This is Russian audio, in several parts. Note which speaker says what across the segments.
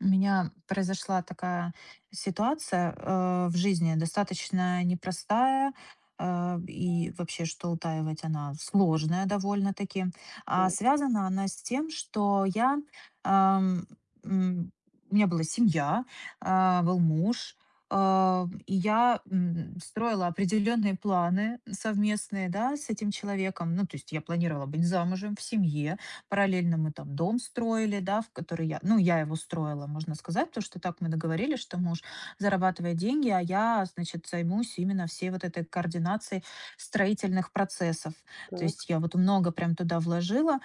Speaker 1: У меня произошла такая ситуация, в жизни, достаточно непростая, и вообще, что утаивать, она сложная довольно-таки. А
Speaker 2: Так,
Speaker 1: связана она с тем, что ам, м, у меня была семья, был муж, и я строила определенные планы совместные, да, с этим человеком. Ну, то есть я планировала быть замужем, в семье. Параллельно мы там дом строили, да, в который я его строила, можно сказать, потому что так мы договорились, что муж зарабатывает деньги, а я, значит, займусь именно всей вот этой координацией строительных процессов. То
Speaker 2: так,
Speaker 1: есть я вот много прям туда вложила,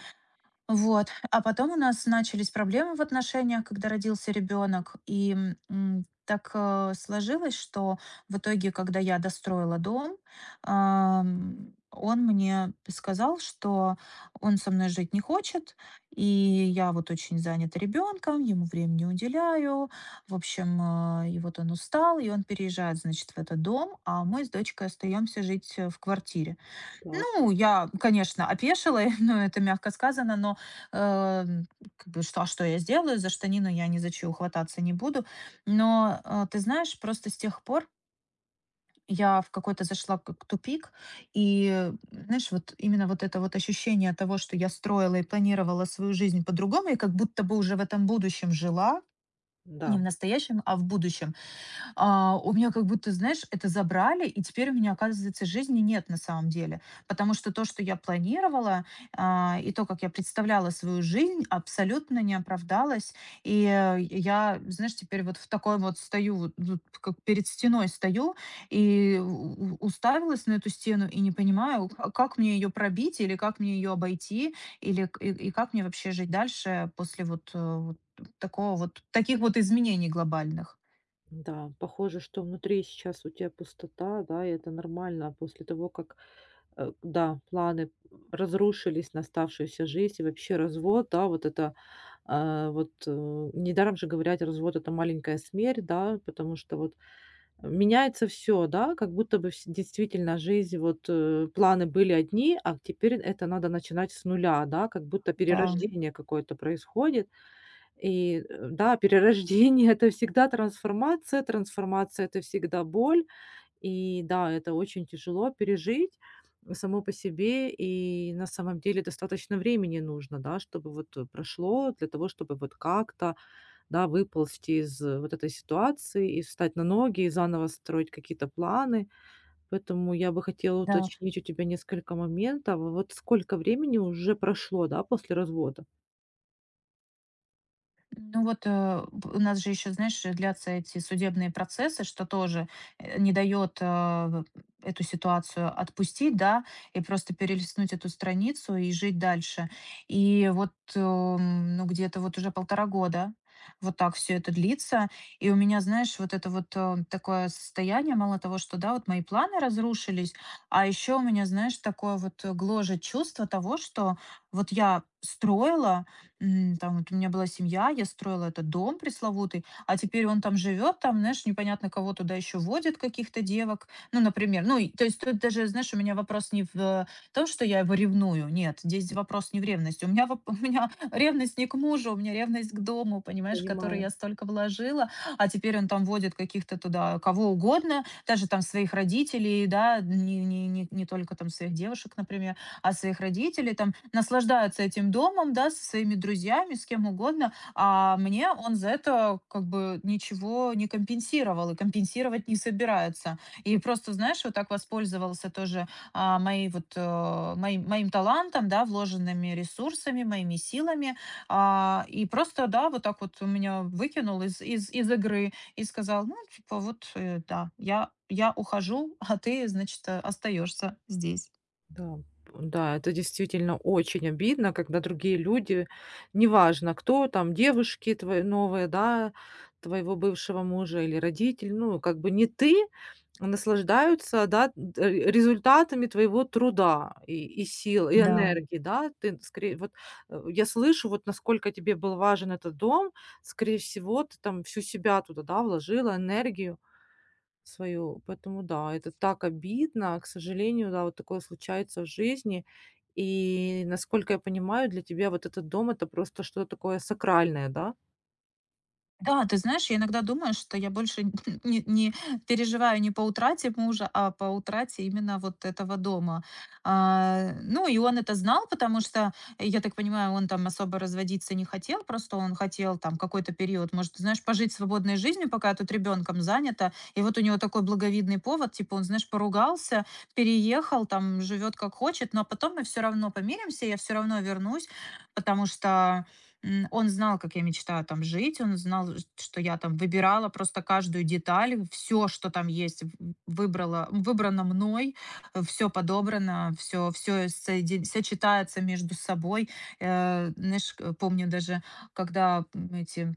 Speaker 1: вот. А потом у нас начались проблемы в отношениях, когда родился ребенок. И сложилось, что в итоге, когда я достроила дом, он мне сказал, что он со мной жить не хочет, и я вот очень занята ребенком, ему времени уделяю. В общем, и вот он устал, и он переезжает, значит, в этот дом, а мы с дочкой остаемся жить в квартире.
Speaker 2: так.
Speaker 1: Ну, я, конечно, опешила, но это мягко сказано, но, э, как бы, а что я сделаю? За штанину я ни за чью хвататься не буду. Но, ты знаешь, просто с тех пор я в какой-то зашла как тупик, и, знаешь, вот именно вот это вот ощущение того, что я строила и планировала свою жизнь по-другому, и как будто бы уже в этом будущем жила,
Speaker 2: Да,
Speaker 1: не в настоящем, а в будущем. У меня как будто, знаешь, это забрали, и теперь у меня, оказывается, жизни нет на самом деле. Потому что то, что я планировала, и то, как я представляла свою жизнь, абсолютно не оправдалось. И я, знаешь, теперь вот в такой вот стою, вот, тут как перед стеной стою, и уставилась на эту стену, и не понимаю, как мне ее пробить, или как мне ее обойти, и как мне вообще жить дальше после вот такого вот, таких вот изменений глобальных.
Speaker 2: да. Похоже, что внутри сейчас у тебя пустота, да, и это нормально после того, как, да, планы разрушились на оставшуюся жизнь, и вообще развод, да, вот это, недаром же говорят, развод- это маленькая смерть, да, потому что вот меняется все, да, как будто бы вс действительно жизнь, планы были одни, а теперь это надо начинать с нуля, да, как будто
Speaker 1: Да.
Speaker 2: перерождение какое-то происходит. Да, перерождение- это всегда трансформация, трансформация- это всегда боль. И да, это очень тяжело пережить само по себе. И на самом деле достаточно времени нужно, да, чтобы вот, прошло для того, чтобы вот как-то, да, выползти из, вот этой ситуации и встать на ноги, и заново строить какие-то планы. Поэтому я бы хотела
Speaker 1: Да,
Speaker 2: уточнить у тебя несколько моментов. Вот сколько времени уже прошло, да, после развода?
Speaker 1: ну вот, у нас же еще, знаешь, длятся эти судебные процессы, что тоже не дает эту ситуацию отпустить, да, и просто перелистнуть эту страницу и жить дальше. И вот, ну где-то вот уже полтора года вот так все это длится. И у меня, знаешь, вот это вот такое состояние, мало того, что, да, вот мои планы разрушились, а еще у меня, знаешь, такое вот гложет чувство того, что вот я строила. Там вот у меня была семья, я строила этот дом пресловутый, а теперь он там живет, там, знаешь, непонятно кого туда еще водят, каких-то девок, ну, например. Ну, и, то есть тут даже, знаешь, у меня вопрос не в том, что я его ревную, нет, здесь вопрос не в ревности. У меня, у меня ревность не к мужу, у меня ревность к дому, понимаешь, в который
Speaker 2: Понимаю.
Speaker 1: я столько вложила, а теперь он там водит каких-то туда кого угодно, даже там своих родителей, да, не только там своих девушек, например от своих родителей, там, наслаждаются этим домом, да, со своими друзьями, с кем угодно, а мне он за это как бы ничего не компенсировал и компенсировать не собирается. И просто, знаешь, вот так воспользовался тоже моей вот, моим талантом, да, вложенными ресурсами, моими силами, и просто, да, вот так вот у меня выкинул из, из, из игры и сказал, ну, типа, вот, да, я ухожу, а ты, значит, остаешься здесь.
Speaker 2: Да, да, это действительно очень обидно, когда другие люди, неважно кто там, девушки твои новые, да, твоего бывшего мужа или родитель, ну, как бы не ты, наслаждаются, да, результатами твоего труда и сил, и
Speaker 1: Да.
Speaker 2: энергии, да, ты скорее, я слышу, вот насколько тебе был важен этот дом, скорее всего, ты там всю себя туда, да, вложила, энергию, свою. Поэтому да, это так обидно. К сожалению, да, вот такое случается в жизни. И, насколько я понимаю, для тебя вот этот дом- это просто что-то такое сакральное, да?
Speaker 1: Да, ты знаешь, я иногда думаю, что я больше не переживаю не по утрате мужа, а по утрате именно вот этого дома. А, ну, и он это знал, потому что, я так понимаю, он там особо разводиться не хотел, просто он хотел там какой-то период, может, знаешь, пожить свободной жизнью, пока я тут ребенком занята. И вот у него такой благовидный повод, типа он, знаешь, поругался, переехал, там живет как хочет, но потом мы все равно помиримся, я все равно вернусь, потому что он знал, как я мечтаю там жить, он знал, что я там выбирала просто каждую деталь, все, что там есть, в выбрала выбрано мной, все подобрано, все, все соедин всё читается между собой. Знаешь, к помню даже, когда, эти,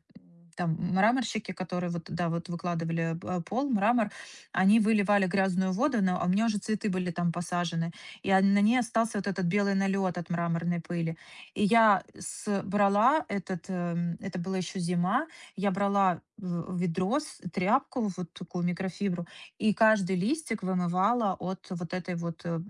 Speaker 1: там мраморщики, которые вот, да, вот выкладывали б пол, мрамор, они выливали грязную воду, но а у меня уже цветы были там посажены, и, на ней остался вот этот белый налет от мраморной пыли. И я с брала этот, это была еще зима, я брала в ведро, с тряпку, вот такую микрофибру, и каждый листик вымывала от вот этой вот, э,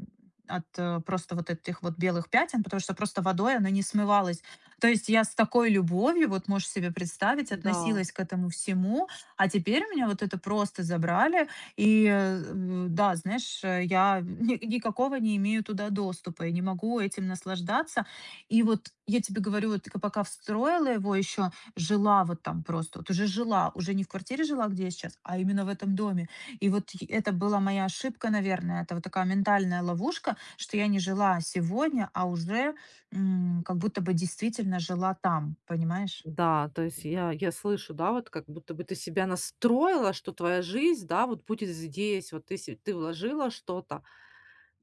Speaker 1: от э, просто вот этих вот белых пятен, потому что просто водой оно не смывалось. То есть я с такой любовью, вот можешь себе представить,
Speaker 2: Да.
Speaker 1: относилась к этому всему, а теперь у меня вот это просто забрали, и да, знаешь, я никакого не имею туда доступа и не могу этим наслаждаться, и вот я тебе говорю, вот к пока встроила его еще, жила вот там просто, вот уже жила, уже не в квартире жила, где я сейчас, а именно в этом доме. И вот это была моя ошибка, наверное, это вот такая ментальная ловушка, что я не жила сегодня, а уже как будто бы действительно жила там, понимаешь?
Speaker 2: Да, то есть я слышу, да, вот как будто бы ты себя настроила, что твоя жизнь, да, вот будет здесь, вот ты се ты вложила что-то.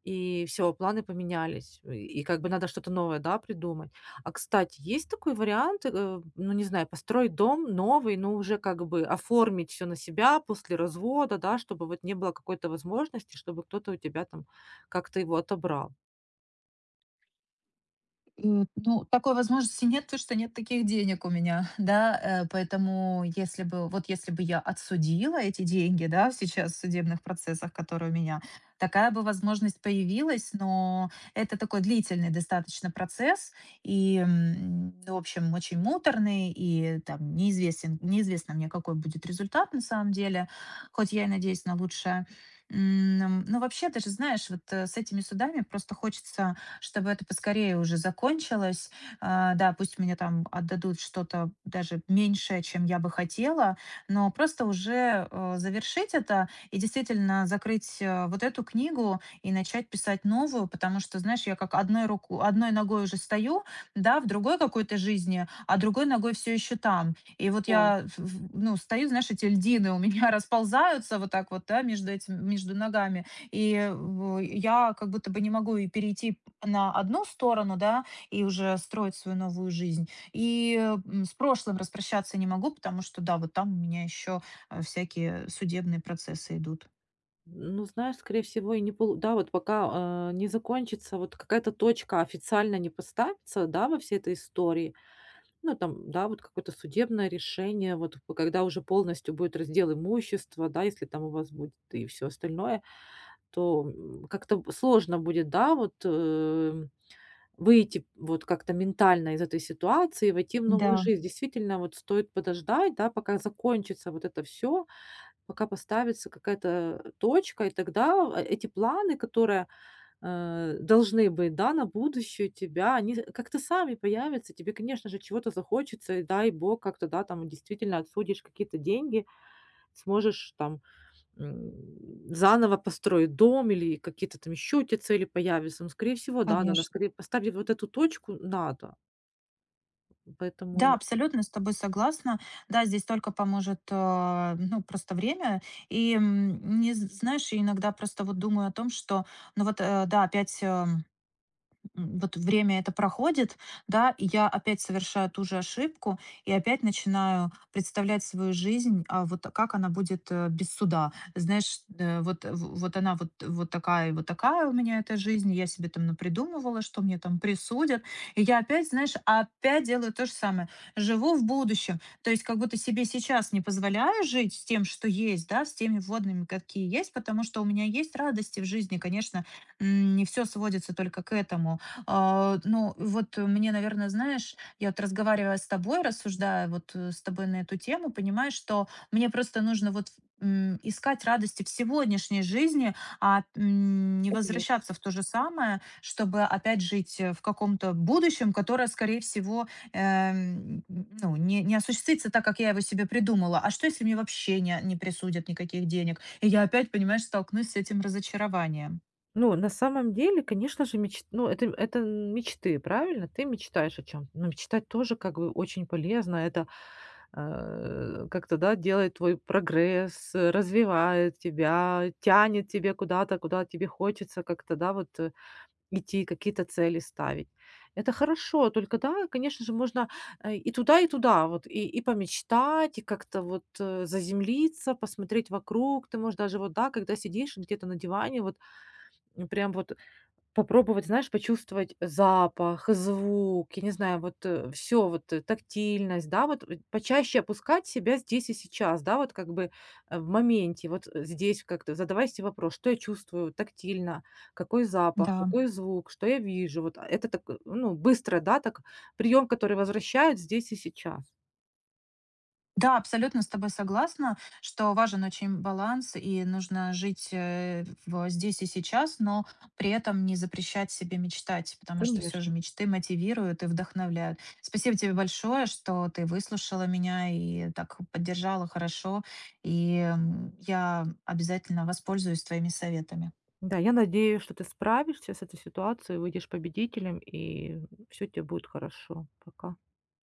Speaker 2: И все планы поменялись. И как бы надо что-то новое, да, придумать. А, кстати, есть такой вариант, ну, не знаю, построить дом новый, но уже как бы оформить все на себя после развода, да, чтобы вот не было какой-то возможности, чтобы кто-то у тебя там как-то его отобрал.
Speaker 1: Ну, такой возможности нет, потому что нет таких денег у меня, да. Поэтому если бы вот если бы я отсудила эти деньги, да, сейчас в судебных процессах, которые у меня, такая бы возможность появилась, но это такой длительный достаточно процесс и, в общем, очень муторный, и там неизвестен неизвестно мне, какой будет результат на самом деле, хоть я и надеюсь на лучшее. Но вообще, даже знаешь, с этими судами просто хочется, чтобы это поскорее уже закончилось. Да, пусть мне там отдадут что-то даже меньшее, чем я бы хотела, но просто уже завершить это и действительно закрыть вот эту книгу и начать писать новую, потому что, знаешь, я как одной руку, одной ногой уже стою, да, в другой какой-то жизни, а другой ногой все еще там. И вот
Speaker 2: Да.
Speaker 1: ну, стою, знаешь, эти льдины у меня расползаются вот так вот, да, между этим, между ногами, и в я как будто бы не могу и перейти на одну сторону, да, и уже строить свою новую жизнь. И, с прошлым распрощаться не могу, потому что, да, вот там у меня еще, всякие судебные процессы идут.
Speaker 2: Ну, знаешь, скорее всего, и не полу да, вот пока, не закончится, вот какая-то точка официально не поставится, да, во всей этой истории. Ну, там, да, вот какое-то судебное решение, вот п когда уже полностью будет раздел имущества, да, если там у вас будет и все остальное, то, м, как-то б сложно будет, да, выйти вот как-то ментально из этой ситуации и войти в новую
Speaker 1: Да,
Speaker 2: жизнь. Действительно, вот стоит подождать, да, пока закончится вот это все, пока поставится какая-то точка, и тогда, эти планы, которые должны быть, да, на будущее тебя, они как-то сами появятся, тебе, конечно же, чего-то захочется, и дай бог, как-то, да, там действительно отсудишь какие-то деньги, сможешь там, м, заново построить дом или какие-то там еще у тебя цели появятся. Ну, скорее всего, да, надо
Speaker 1: конечно.
Speaker 2: скорее поставить вот эту точку, надо. Поэтому,
Speaker 1: Да, абсолютно с тобой согласна. Да, здесь только поможет, ну, просто время. И, м, не з знаешь, я иногда просто вот думаю о том, что, ну вот, да, вот время это проходит, да, и я опять совершаю ту же ошибку, и опять начинаю представлять свою жизнь, а вот как она будет без суда. Знаешь, вот, вот она вот, вот такая, и вот такая у меня эта жизнь, я себе там напридумывала, что мне там присудят, и я опять, знаешь, опять делаю то же самое. Живу в будущем, то есть как будто себе сейчас не позволяю жить с тем, что есть, да, с теми водными, какие есть, потому что у меня есть радости в жизни, конечно, не все сводится только к этому, ну, вот мне, наверное, знаешь, я вот разговаривая с тобой, рассуждая с тобой на эту тему, понимаю, что мне просто нужно вот искать радости в сегодняшней жизни, не
Speaker 2: конечно.
Speaker 1: возвращаться в то же самое, чтобы опять жить в каком-то будущем, которое, скорее всего, ну, не осуществится так, как я его себе придумала. А что, если мне вообще не присудят никаких денег? И я опять, понимаешь, столкнусь с этим разочарованием.
Speaker 2: Ну, на самом деле, конечно же, меч ну, это мечты, правильно? Ты мечтаешь о чем, то Но мечтать тоже как бы очень полезно. Это, как-то, да, делает твой прогресс, развивает тебя, тянет тебе куда-то, куда тебе хочется как-то, да, идти, какие-то цели ставить. Это хорошо, только, да, конечно же, можно, и туда вот, и помечтать, и как-то вот, заземлиться, посмотреть вокруг. Ты можешь даже вот, да, когда сидишь где-то на диване, вот, прям вот попробовать, знаешь, почувствовать запах, звук, я не знаю, вот, все, вот, тактильность, да, вот, почаще опускать себя здесь и сейчас, да, вот как бы, в моменте, вот, здесь как-то задавай себе вопрос: "Что я чувствую тактильно? Какой запах?
Speaker 1: Да.
Speaker 2: Какой звук? Что я вижу?" Вот, а, это так, ну, быстро, да, так прием, который возвращает здесь и сейчас.
Speaker 1: Да, абсолютно с тобой согласна, что важен очень баланс и нужно жить в здесь и сейчас, но при этом не запрещать себе мечтать, потому что все же
Speaker 2: Конечно.
Speaker 1: мечты мотивируют и вдохновляют. Спасибо тебе большое, что ты выслушала меня и так поддержала хорошо, и я обязательно воспользуюсь твоими советами.
Speaker 2: Да, я надеюсь, что ты справишься с этой ситуацией, выйдешь победителем, и все тебе будет хорошо. Пока.